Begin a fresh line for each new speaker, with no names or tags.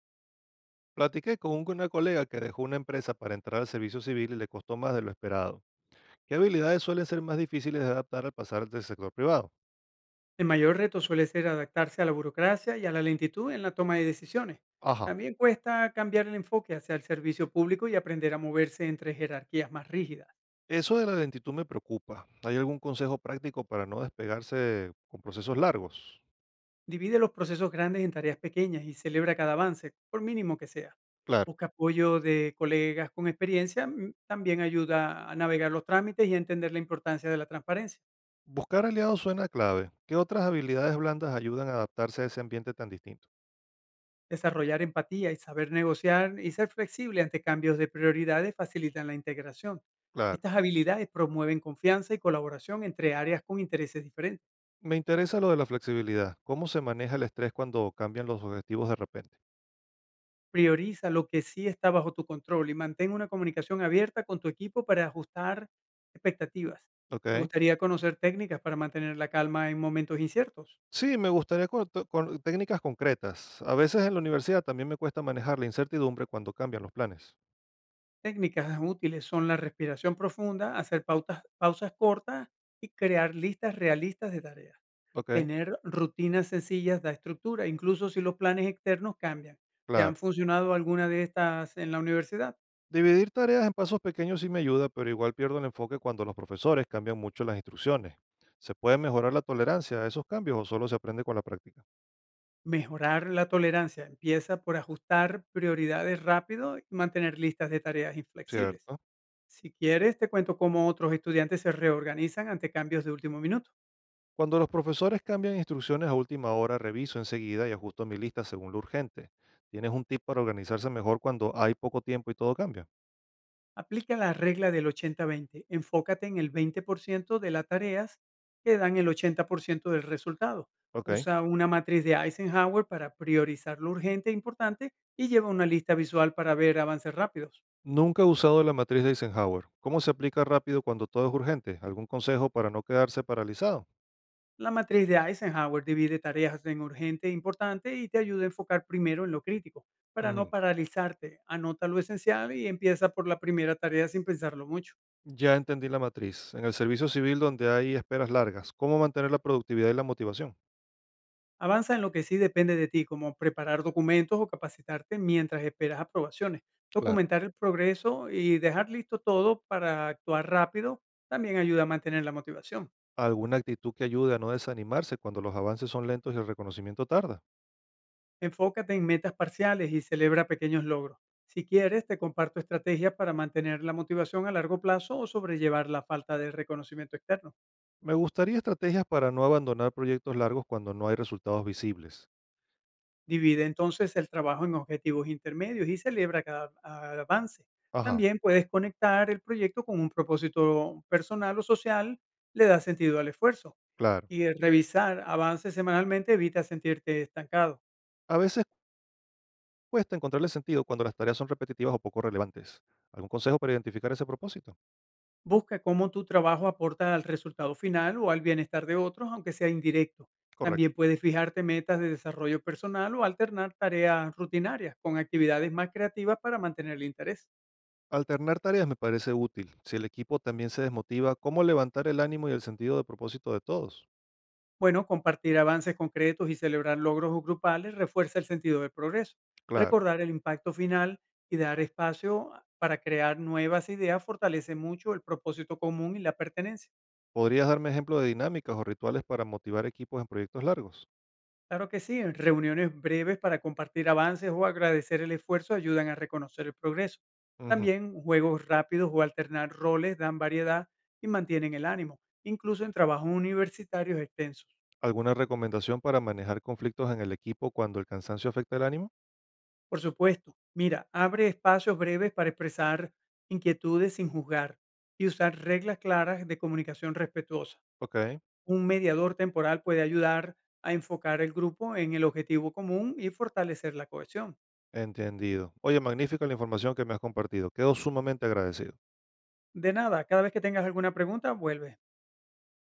Platiqué con una colega que dejó una empresa para entrar al servicio civil y le costó más de lo esperado. ¿Qué habilidades suelen ser más difíciles de adaptar al pasar del sector privado?
El mayor reto suele ser adaptarse a la burocracia y a la lentitud en la toma de decisiones.
Ajá.
También cuesta cambiar el enfoque hacia el servicio público y aprender a moverse entre jerarquías más rígidas.
Eso de la lentitud me preocupa. ¿Hay algún consejo práctico para no despegarse con procesos largos?
Divide los procesos grandes en tareas pequeñas y celebra cada avance, por mínimo que sea.
Claro.
Busca apoyo de colegas con experiencia, también ayuda a navegar los trámites y a entender la importancia de la transparencia.
Buscar aliados suena clave. ¿Qué otras habilidades blandas ayudan a adaptarse a ese ambiente tan distinto?
Desarrollar empatía y saber negociar y ser flexible ante cambios de prioridades facilitan la integración.
Claro.
Estas habilidades promueven confianza y colaboración entre áreas con intereses diferentes.
Me interesa lo de la flexibilidad. ¿Cómo se maneja el estrés cuando cambian los objetivos de repente?
Prioriza lo que sí está bajo tu control y mantén una comunicación abierta con tu equipo para ajustar expectativas. ¿Te
Ok.
gustaría conocer técnicas para mantener la calma en momentos inciertos?
Sí, me gustaría con técnicas concretas. A veces en la universidad también me cuesta manejar la incertidumbre cuando cambian los planes.
Técnicas útiles son la respiración profunda, hacer pausas cortas y crear listas realistas de tareas.
Ok,
Tener rutinas sencillas da estructura, incluso si los planes externos cambian. ¿Te han
claro.
funcionado alguna de estas en la universidad?
Dividir tareas en pasos pequeños sí me ayuda, pero igual pierdo el enfoque cuando los profesores cambian mucho las instrucciones. ¿Se puede mejorar la tolerancia a esos cambios o solo se aprende con la práctica?
Mejorar la tolerancia empieza por ajustar prioridades rápido y mantener listas de tareas inflexibles.
Cierto.
Si quieres, te cuento cómo otros estudiantes se reorganizan ante cambios de último minuto.
Cuando los profesores cambian instrucciones a última hora, reviso enseguida y ajusto mi lista según lo urgente. ¿Tienes un tip para organizarse mejor cuando hay poco tiempo y todo cambia?
Aplica la regla del 80-20. Enfócate en el 20% de las tareas que dan el 80% del resultado.
Ok.
Usa una matriz de Eisenhower para priorizar lo urgente e importante y lleva una lista visual para ver avances rápidos.
Nunca he usado la matriz de Eisenhower. ¿Cómo se aplica rápido cuando todo es urgente? ¿Algún consejo para no quedarse paralizado?
La matriz de Eisenhower divide tareas en urgente e importante y te ayuda a enfocar primero en lo crítico. Para no
Ujú.
paralizarte, anota lo esencial y empieza por la primera tarea sin pensarlo mucho.
Ya entendí la matriz. En el servicio civil donde hay esperas largas, ¿cómo mantener la productividad y la motivación?
Avanza en lo que sí depende de ti, como preparar documentos o capacitarte mientras esperas aprobaciones.
Claro.
Documentar el progreso y dejar listo todo para actuar rápido también ayuda a mantener la motivación.
¿Alguna actitud que ayude a no desanimarse cuando los avances son lentos y el reconocimiento tarda?
Enfócate en metas parciales y celebra pequeños logros. Si quieres, te comparto estrategias para mantener la motivación a largo plazo o sobrellevar la falta de reconocimiento externo.
Me gustaría estrategias para no abandonar proyectos largos cuando no hay resultados visibles.
Divide entonces el trabajo en objetivos intermedios y celebra avance.
Ajá,
También puedes conectar el proyecto con un propósito personal o social, le da sentido al esfuerzo.
claro.
Y el revisar avances semanalmente evita sentirte estancado.
A veces cuesta encontrarle sentido cuando las tareas son repetitivas o poco relevantes. ¿Algún consejo para identificar ese propósito?
Busca cómo tu trabajo aporta al resultado final o al bienestar de otros, aunque sea indirecto. También
Correcto.
puedes fijarte metas de desarrollo personal o alternar tareas rutinarias con actividades más creativas para mantener el interés.
Alternar tareas me parece útil. Si el equipo también se desmotiva, ¿cómo levantar el ánimo y el sentido de propósito de todos?
Bueno, compartir avances concretos y celebrar logros grupales refuerza el sentido del progreso.
Claro.
Recordar el impacto final y dar para crear nuevas ideas fortalece mucho el propósito común y la pertenencia.
¿Podrías darme ejemplo de dinámicas o rituales para motivar equipos en proyectos largos?
Claro que sí, reuniones breves para compartir avances o agradecer el esfuerzo ayudan a reconocer el progreso.
Ujú.
También juegos rápidos o alternar roles dan variedad y mantienen el ánimo, incluso en trabajos universitarios extensos.
¿Alguna recomendación para manejar conflictos en el equipo cuando el cansancio afecta el ánimo?
Por supuesto. Mira, abre espacios breves para expresar inquietudes sin juzgar y usar reglas claras de comunicación respetuosa.
Ok,
Un mediador temporal puede ayudar a enfocar el grupo en el objetivo común y fortalecer la cohesión.
entendido. Oye, magnífica la información que me has compartido. Quedo sumamente agradecido.
De nada, cada vez que tengas alguna pregunta, vuelve.